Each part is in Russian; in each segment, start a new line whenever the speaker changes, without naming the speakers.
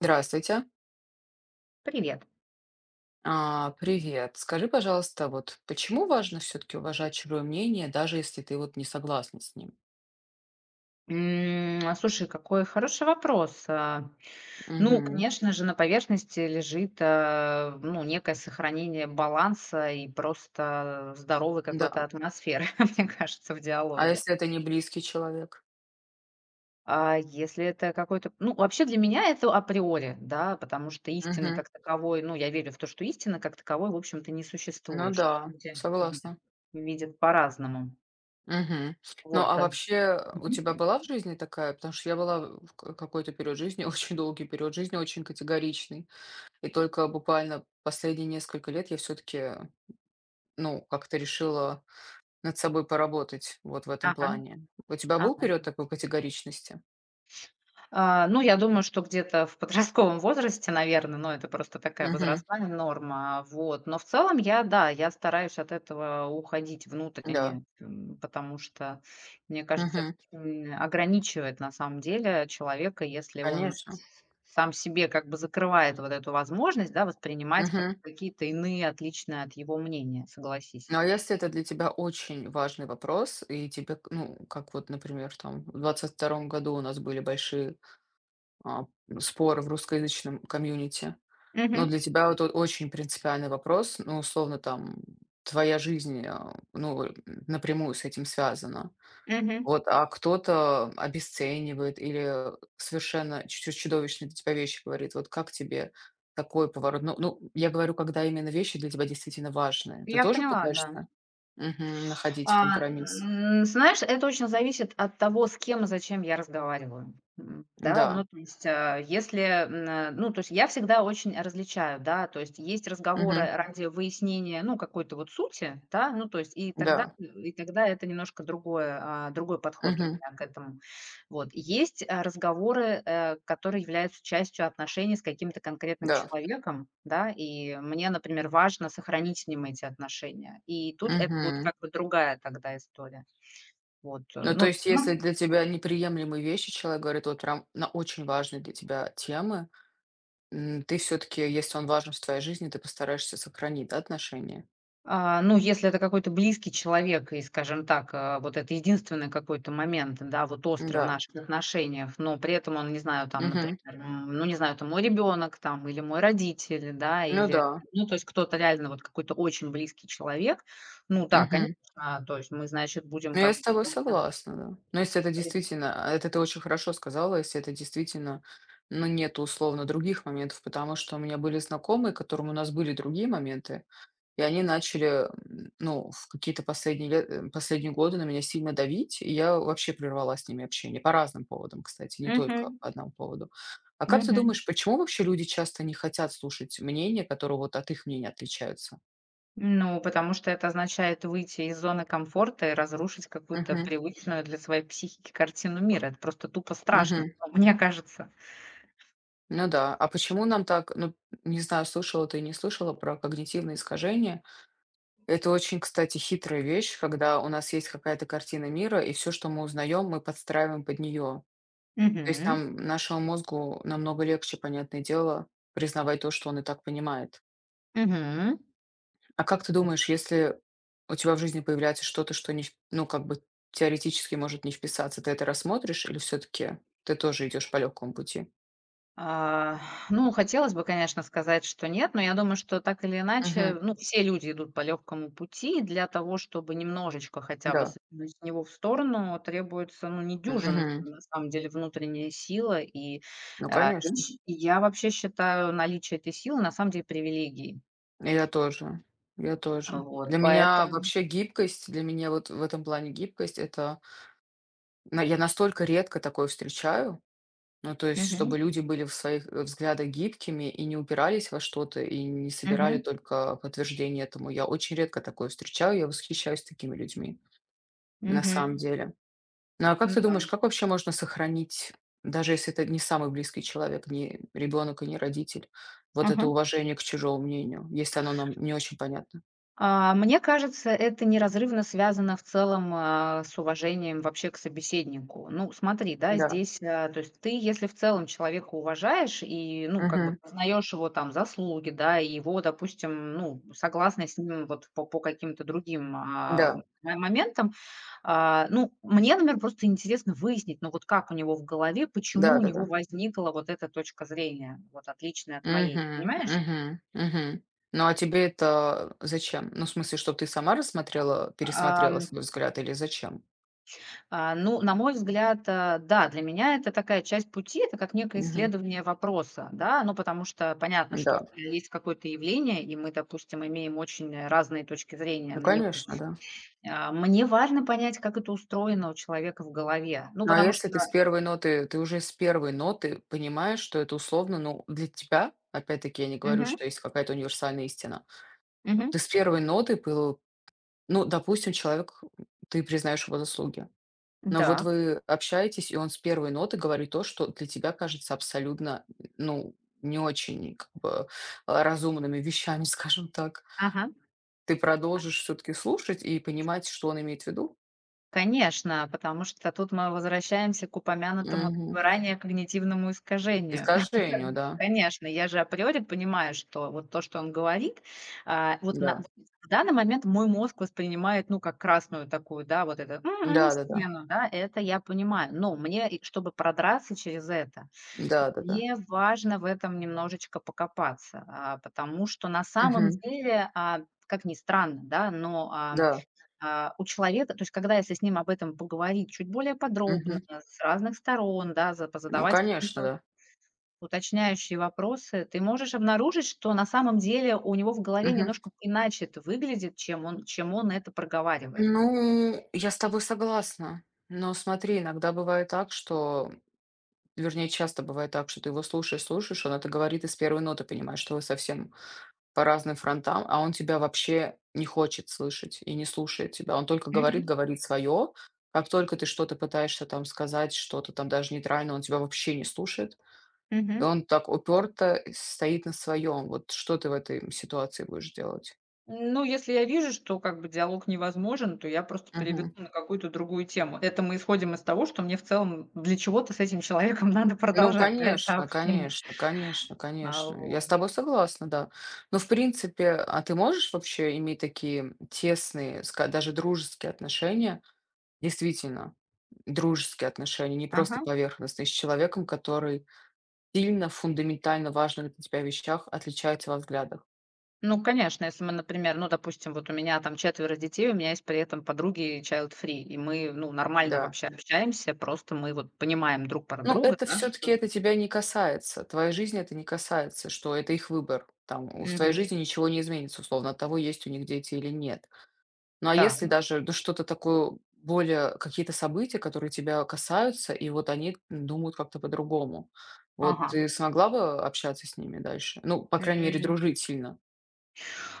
Здравствуйте.
Привет.
Привет. Скажи, пожалуйста, вот почему важно все-таки уважать чужое мнение, даже если ты вот не согласна с ним?
Слушай, какой хороший вопрос. Ну,
Мгм.
конечно же, на поверхности лежит ну, некое сохранение баланса и просто здоровой какой-то
Да.
атмосферы, мне кажется, в
А
диалоге.
если это не близкий человек?
А если это какой-то — ну, вообще для меня это априори, да, потому что истины
Мгм.
как таковой — ну, я верю в то, что истины как таковой, в общем-то, не
Ну
существует. Что
да,
люди видят,
согласна.
видят по-разному.
Мгм. Ну
Вот.
а вообще у тебя
Мгм.
была в жизни такая, потому что я была какой-то период жизни, очень долгий период жизни, очень категоричный. И только буквально последние несколько лет я все-таки, ну, как-то решила над собой поработать вот в этом
Ага,
плане. У тебя был
ага.
период такой категоричности?
Ну, я думаю, что где-то в подростковом возрасте, наверное, но это просто такая
Мгм.
возрастная норма, вот. Но в целом я, да, я стараюсь от этого уходить
Да.
внутренне, потому что, мне кажется, это
Мгм.
очень ограничивает на самом деле человека, если он
Конечно.
сам себе как бы закрывает вот эту возможность, да, воспринимать как
Мгм.
какие-то иные, отличные от его мнения, согласись.
Ну, а если это для тебя очень важный вопрос, и тебе, ну, как вот, например, там в 22-м году у нас были большие а, споры в русскоязычном комьюнити,
Мгм,
но для тебя вот очень принципиальный вопрос, ну, условно, там, твоя жизнь, ну, напрямую с этим связана.
мгм.
Вот, а кто-то обесценивает или совершенно чуть-чуть чудовищные для тебя вещи говорит. Вот как тебе такой поворот? Ну, я говорю, когда именно вещи для тебя действительно важные. Ты
Я
тоже
поняла, да.
пытаешься, мгм, находить компромисс?
Знаешь, это очень зависит от того, с кем и зачем я разговариваю. Да, ну,
Да.
то есть, если, ну, то есть я всегда очень различаю, да, то есть есть
Мгм.
разговоры ради выяснения, ну, какой-то вот сути, да, ну, то есть и тогда,
Да.
и тогда это немножко другое, другой подход у
Мгм.
меня к этому. Вот. Есть, разговоры, которые являются частью отношений с каким-то конкретным
Да.
человеком, да, и мне, например, важно сохранить с ним эти отношения. И тут это будет
Мгм.
как бы другая тогда история. Вот,
Ну, то есть, если для тебя неприемлемые вещи, человек говорит, вот прям на очень важные для тебя темы, ты все-таки, если он важен в твоей жизни, ты постараешься сохранить, да, отношения?
Ну, если это какой-то близкий человек и, скажем так, вот это единственный какой-то момент, да, вот острый в
Да.
наших отношениях, но при этом он, не знаю, там, например,
Мгм.
ну, не знаю, это мой ребенок там или мой родитель, да,
Ну
или,
да.
ну, то есть кто-то реально вот какой-то очень близкий человек, ну да, конечно,
Мгм.
то есть мы, значит, будем
Ну, я
как
с
бы...
тобой согласна, да. Но если это действительно, это ты очень хорошо сказала, если это действительно, ну, нету условно других моментов, потому что у меня были знакомые, которым у нас были другие моменты, и они начали, ну, в какие-то последние годы на меня сильно давить, и я вообще прервала с ними общение по разным поводам, кстати, не только
Мгм.
по одному поводу. А как ты
Мгм.
думаешь, почему вообще люди часто не хотят слушать мнения, которые вот от их мнения отличаются?
Ну, потому что это означает выйти из зоны комфорта и разрушить какую-то
Мгм.
привычную для своей психики картину мира. Это просто тупо страшно, мне кажется.
Ну да, а почему нам так, ну, не знаю, слышала ты и не слышала про когнитивные искажения. Это очень, кстати, хитрая вещь, когда у нас есть какая-то картина мира, и все, что мы узнаем, мы подстраиваем под нее. То есть
Мгм.
нам, нашему мозгу намного легче, понятное дело, признавать то, что он и так понимает.
Мгм.
А как ты думаешь, если у тебя в жизни появляется что-то, что не, ну, как бы теоретически может не вписаться, ты это рассмотришь или все-таки ты тоже идешь по легкому пути?
А, ну, хотелось бы, конечно, сказать, что нет, но я думаю, что так или иначе,
Угу,
ну, все люди идут по легкому пути, и для того, чтобы немножечко хотя бы
да.
сдвинуть с него в сторону, требуется, ну, недюжинная,
Угу.
на самом деле, внутренняя сила.
Ну,
А,
конечно.
и я вообще считаю наличие этой силы, на самом деле, привилегией.
Я тоже, я тоже.
Вот,
Для меня
поэтому...
вообще гибкость, для меня вот в этом плане гибкость- это на я настолько редко такое встречаю. Ну, то есть,
Мгм,
чтобы люди были в своих, взглядах гибкими и не упирались во что-то, и не собирали
мгм,
только подтверждение этому. Я очень редко такое встречаю, я восхищаюсь такими людьми, на самом
мгм.
деле. Ну, а как ты
Да.
думаешь, как вообще можно сохранить, даже если это не самый близкий человек, не ребенок и не родитель, вот это
Ага.
уважение к чужому мнению, если оно нам не очень понятно?
Мне кажется, это неразрывно связано в целом, с уважением вообще к собеседнику. Ну, смотри, да,
Да.
здесь, то есть ты, если в целом человека уважаешь и, ну, как бы
Мгм.
познаешь его там заслуги, да, и его, допустим, ну, согласна с ним вот по каким-то другим,
Да,
моментам, ну, мне, например, просто интересно выяснить, ну, вот как у него в голове, почему у него
да-да-да.
возникла вот эта точка зрения, вот отличная от моей,
Мгм,
понимаешь?
мгм, мгм. Ну, а тебе это зачем? Ну, в смысле, чтобы ты сама рассмотрела, пересмотрела
Ам,
свой взгляд или зачем?
Ну, на мой взгляд, да, для меня это такая часть пути, это как некое
Мгм.
исследование вопроса, да, ну, потому что понятно, что
Да.
когда есть какое-то явление, и мы, допустим, имеем очень разные точки зрения
Ну,
на него.
конечно, да.
Мне важно понять, как это устроено у человека в голове, ну,
Ну, а
потому
если
что...
ты с первой ноты, ты уже с первой ноты понимаешь, что это условно, ну, для тебя, опять-таки, я не говорю,
Мгм,
что есть какая-то универсальная истина.
мгм.
Ты с первой ноты пыл ну, допустим, человек, ты признаешь его заслуги. Но вот
Так,
вы общаетесь, и он с первой ноты говорит то, что для тебя кажется абсолютно, ну, не очень как бы разумными вещами, скажем так.
ага.
Ты продолжишь все-таки слушать и понимать, что он имеет в виду.
Конечно, потому что тут мы возвращаемся к упомянутому
Мгм.
ранее когнитивному искажению. Как
Искажению,
бы,
да.
конечно, я же априори понимаю, что вот то, что он говорит, а, вот на
Да.
в данный момент мой мозг воспринимает, ну, как красную такую, да, вот эту
Да-да-да.
стену, да, это я понимаю. Но мне, и чтобы продраться через это,
Да-да-да.
мне важно в этом немножечко покопаться, потому что на самом
Мгм.
деле, как ни странно, да, но
Да.
у человека, то есть когда если с ним об этом поговорить чуть более подробно,
Мгм.
с разных сторон, да, за
Ну,
позадавать
конечно,
какие-то
да.
уточняющие вопросы, ты можешь обнаружить, что на самом деле у него в голове
Мгм.
немножко иначе это выглядит, чем он это проговаривает.
Ну, я с тобой согласна. Но смотри, иногда бывает так, что, вернее, часто бывает так, что ты его слушаешь, слушаешь, он это говорит из первой ноты понимаешь, что вы совсем по разным фронтам, а он тебя вообще не хочет слышать и не слушает тебя. Он только говорит,
Мгм.
говорит свое. Как только ты что-то пытаешься там сказать, что-то там даже нейтрально, он тебя вообще не слушает. И
Мгм.
он так уперто стоит на своем. Вот что ты в этой ситуации будешь делать?
Ну, если я вижу, что как бы диалог невозможен, то я просто переведу на какую-то другую тему. Это мы исходим из того, что мне в целом для чего-то с этим человеком надо
Ну,
продолжать, да, это
конечно,
общение.
конечно, конечно, конечно. Я с
Вот.
тобой согласна, да. Но, в принципе, а ты можешь вообще иметь такие тесные, даже дружеские отношения, действительно, дружеские отношения, не просто
Ага.
поверхностные, с человеком, который сильно, фундаментально важных для тебя вещах отличается во взглядах?
Ну, конечно, если мы, например, ну, допустим, вот у меня там четверо детей, у меня есть при этом подруги child free, и мы, ну, нормально
Да.
вообще общаемся, просто мы вот понимаем друг про
Ну,
друга,
это
да,
все-таки
что...
это тебя не касается. Твоей жизни это не касается, что это их выбор. Там, в твоей
Мгм.
жизни ничего не изменится, условно, от того, есть у них дети или нет. Ну, а если
Так,
даже, ну, что-то такое, более какие-то события, которые тебя касаются, и вот они думают как-то по-другому. Вот
ага.
ты смогла бы общаться с ними дальше? Ну, по крайней мере,
М.
дружить сильно.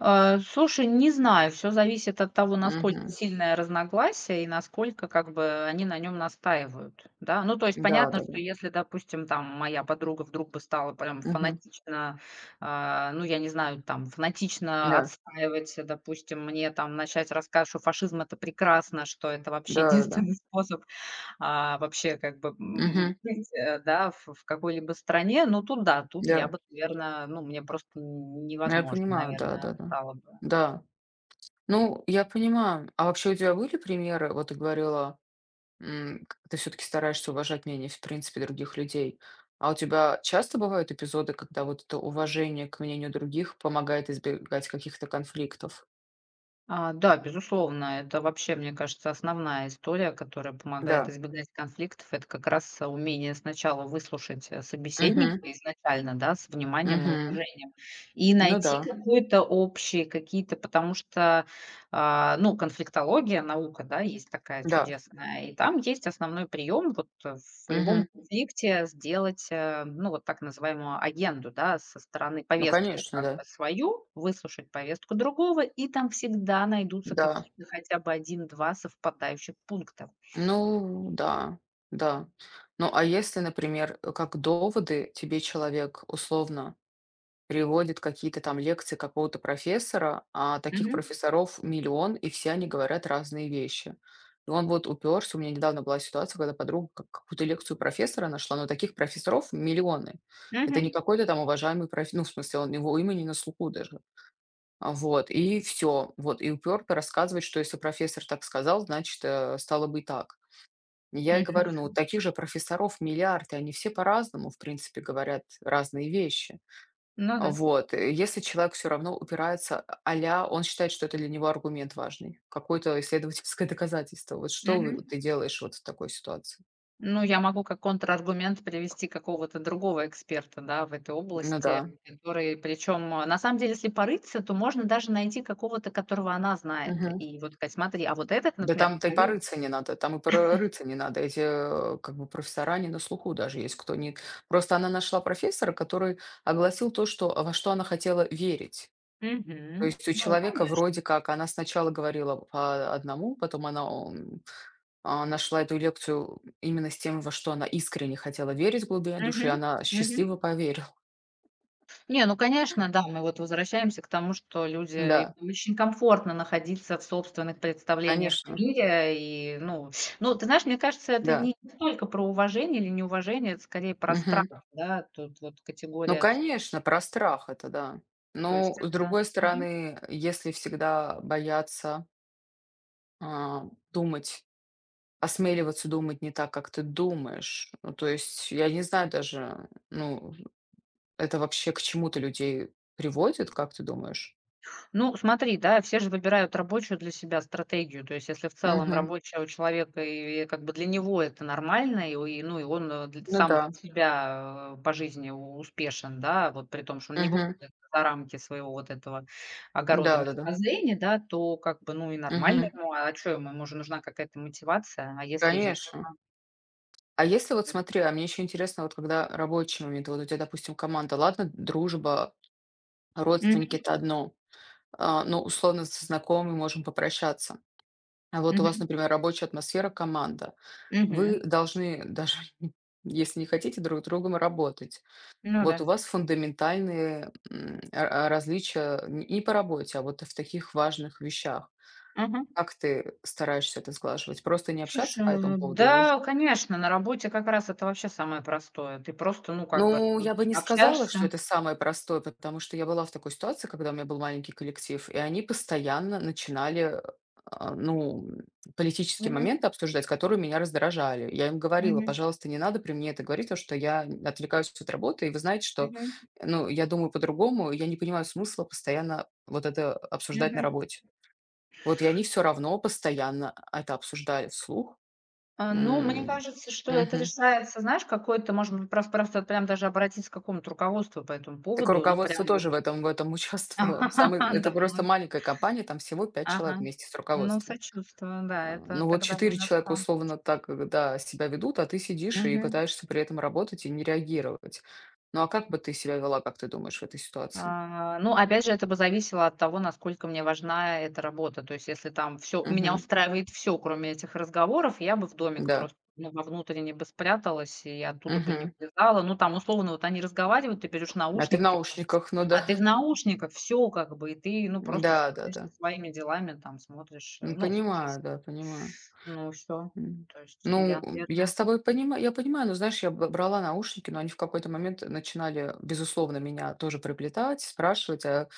Слушай, не знаю, все зависит от того, насколько
Мгм.
сильное разногласие и насколько как бы они на нем настаивают, да. Ну, то есть понятно, что
Да-да-да.
если, допустим, там моя подруга вдруг бы стала прям
Мгм.
фанатично, ну, я не знаю, там фанатично
Да.
отстаивать, допустим, мне там начать рассказывать, что фашизм- это прекрасно, что это вообще
Да-да-да.
единственный способ, а вообще, как бы, м,
Мгм.
быть, да, в какой-либо стране, ну, тут да, тут я
Да.
бы, наверно, ну, мне просто
Ну, я
невозможно,
понимаю,
наверное,
да-да-да. Да.
стало бы.
Да. Да. Ну, я понимаю. А вообще у тебя были примеры? Вот ты говорила, ты все таки стараешься уважать мнение, в принципе, других людей. А у тебя часто бывают эпизоды, когда вот это уважение к мнению других помогает избегать каких-то конфликтов?
Да, безусловно, это вообще, мне кажется, основная история, которая помогает
Да.
избегать конфликтов. Это как раз, умение сначала выслушать, собеседника
Угу.
изначально, да, с вниманием и
Угу.
уважением, и
Ну
найти
да.
какой-то общий, какие-то потому что... Ну, конфликтология, наука, да, есть такая
Да.
чудесная. И там есть основной прием вот, в любом
Угу.
конфликте сделать, ну, вот так называемую агенду, да, со стороны
Ну,
повестку
конечно,
как бы
да.
свою, выслушать повестку другого, и там всегда найдутся
Да.
какие-то хотя бы один-два совпадающих пункта.
Ну да. Да. Ну, а если, например, как доводы тебе человек условно приводит какие-то там лекции какого-то профессора, а таких
Мгм.
профессоров миллион, и все они говорят разные вещи. И он вот уперся. У меня недавно была ситуация, когда подруга какую-то лекцию профессора нашла, но таких профессоров миллионы. Это не
Мгм.
какой-то там уважаемый профессор, ну, в смысле, он его имя не на слуху даже. Вот, и все. Вот, и уперто рассказывает, что если профессор так сказал, значит, стало бы и так. И я и
Мгм.
говорю, ну, вот таких же профессоров миллиарды, они все по-разному, в принципе, говорят разные вещи.
Ну да.
Вот. И если человек все равно упирается, а он считает, что это для него аргумент важный, какое-то исследовательское доказательство. Вот что вы
Мгм.
ты делаешь вот в такой ситуации?
Ну, я могу как контраргумент привести какого-то другого эксперта, да, в этой
Ну да.
области, который, причем, на самом деле, если порыться, то можно даже найти какого-то, которого она знает.
Мгм.
И вот сказать: "Смотри, а вот этот,
Да
например,
там-то и
говорит".
порыться не надо, там и порыться не надо. Эти, как бы профессора не на слуху, даже есть, кто не. Просто она нашла профессора, который огласил то, что, во что она хотела верить. То
Мгм.
есть у
Ну,
человека
конечно.
вроде как она сначала говорила по одному, потом она, нашла эту лекцию именно с тем, во что она искренне хотела верить в глубине души, и
Мгм.
она
Мгм.
счастливо поверила.
Не, ну, конечно, да, мы вот возвращаемся к тому, что люди
Да,
им очень комфортно находиться в собственных представлениях о
конечно,
мире. И, ну, ну, ты знаешь, мне кажется, это
да.
не только про уважение или неуважение, это скорее про страх,
Мгм.
да, тут вот
Ну,
категория.
конечно, про страх это, да.
То есть
Но, с
это...
другой стороны, если всегда бояться а, думать, осмеливаться думать не так, как ты думаешь, ну, то есть я не знаю даже, ну, это вообще к чему-то людей приводит, как ты думаешь?
Ну, смотри, да, все же выбирают рабочую для себя стратегию. То есть, если в целом
Мгм.
рабочая у человека, и как бы для него это нормально, ну, и он,
Ну
сам
да.
для себя, по жизни, успешен, да, вот при том, что он не
Мгм.
выходит за рамки своего вот этого огорода
Да-да-да.
мировоззрения, да, то как бы, ну, и нормально
Мгм.
ему, а что ему, ему же нужна какая-то мотивация, а если ее нет?
Конечно. А если вот смотри, а мне еще интересно, вот когда рабочие моменты, вот у тебя, допустим, команда, ладно, дружба,
Мгм,
родственники- это одно, но условно со знакомыми можем попрощаться. А вот у вас,
мгм,
например, рабочая атмосфера, команда.
мгм.
Вы должны даже, если не хотите, друг с другом работать.
Ну
Вот
да.
у вас фундаментальные различия, не по работе, а вот в таких важных вещах.
Мгм.
Как ты стараешься это сглаживать? Просто не общаться
Слушай,
по этому поводу или?
да, конечно, на работе как раз это вообще самое простое. Ты просто, ну, как бы
Ну,
вот
я бы не сказала,
общаешься.
что это самое простое, потому что я была в такой ситуации, когда у меня был маленький коллектив, и они постоянно начинали, ну, политические
Мгм.
моменты обсуждать, которые меня раздражали. Я им говорила:
Мгм.
«Пожалуйста, не надо при мне это говорить, потому что я отвлекаюсь от работы, и вы знаете, что,
Мгм.
ну, я думаю по-другому, я не понимаю смысла постоянно вот это обсуждать на
Мгм.
работе». Вот, и они все равно постоянно это обсуждали вслух.
Ну, мне
М.
кажется, что это
Мгм.
решается, знаешь, какой-то, может быть, просто вот прям даже обратиться к какому-то руководству по этому
Так
поводу. Ну,
руководство
прям вот.
тоже в этом участвовало. Самый это
Да,
просто
ну,
маленькая компания, там всего пять человек
ага.
вместе с
Ну,
руководством.
сочувствую, да, это
Ну вот
тогда
4 человека
немножко.
условно так, да, себя ведут, а ты сидишь и
Мгм.
пытаешься при этом работать и не реагировать. Ну а как бы ты себя вела, как ты думаешь, в этой ситуации?
Ну, опять же, это бы зависело от того, насколько мне важна эта работа. То есть, если там все меня
Мгм.
устраивает все, кроме этих разговоров, я бы в домик
Да.
просто, ну, во внутренний бы спряталась и оттуда бы не
Мгм.
вылезала. Ну, там, условно, вот они разговаривают, ты берешь
А ты в
наушники,
наушниках, ну
а
да.
ты в наушниках, все как бы, и ты, ну, просто занимаешься
Да-да-да.
своими делами, там, смотришь,
Ну
ну, слушаешь.
понимаю, да, понимаю.
Ну, все.
М.
То есть
Ну,
я,
я
наверное...
с тобой понимаю, я понимаю, но знаешь, я брала наушники, но они в какой-то момент начинали, безусловно, меня тоже приплетать, спрашивать,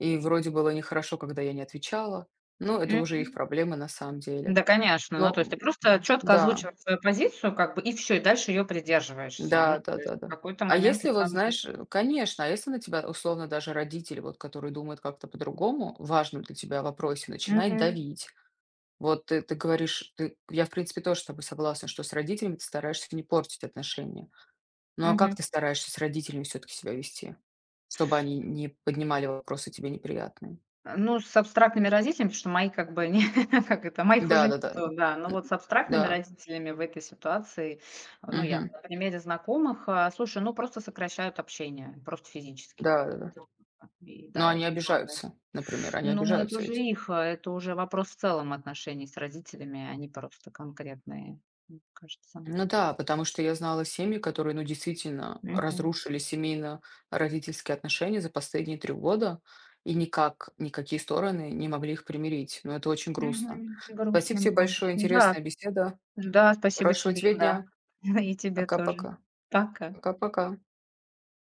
и вроде было нехорошо, когда я не отвечала. Ну, это уже их проблемы на самом деле.
Да, конечно. Ну, то
Ну,
есть ты просто четко
да,
озвучиваешь свою позицию, как бы, и все, и дальше ее придерживаешься. Ну,
да, да,
то есть
да,
в
да.
какой-то
А
момент,
если
на
вот,
самом деле...
знаешь, конечно, а если на тебя условно даже родители, вот, которые думают как-то по-другому, в важном для тебя вопросе, начинает
Мгм.
давить. Вот ты, говоришь, ты, я, в принципе, тоже с тобой согласна, что с родителями ты стараешься не портить отношения. Ну, а как
Мгм.
ты стараешься с родителями все таки себя вести, чтобы они не поднимали вопросы тебе неприятные?
Ну, с абстрактными родителями, потому что мои как бы не как это, моих уже
Да-да-да.
нету, да. Но
М,
вот с абстрактными
да.
родителями в этой ситуации, ну, я
Мгм.
на примере знакомых, слушай, ну, просто сокращают общение, просто физически.
Да-да-да.
И
Но
да,
они
это помогает.
обижаются, например, они
Ну, это
обижаются
уже
ведь.
их, это уже вопрос в целом отношений с родителями, а не просто конкретные, мне кажется.
Ну да, потому что я знала семьи, которые, ну, действительно
Мгм.
разрушили семейно-родительские отношения за последние 3 года, и никак, никакие стороны не могли их примирить. Но это очень грустно.
Мгм.
Спасибо
Грустно,
тебе
да.
большое,
Да,
интересная беседа.
да, спасибо
Хорошего
тебе,
тебе
да.
дня.
И тебе тоже.
Пока-пока.
Пока.
Пока-пока.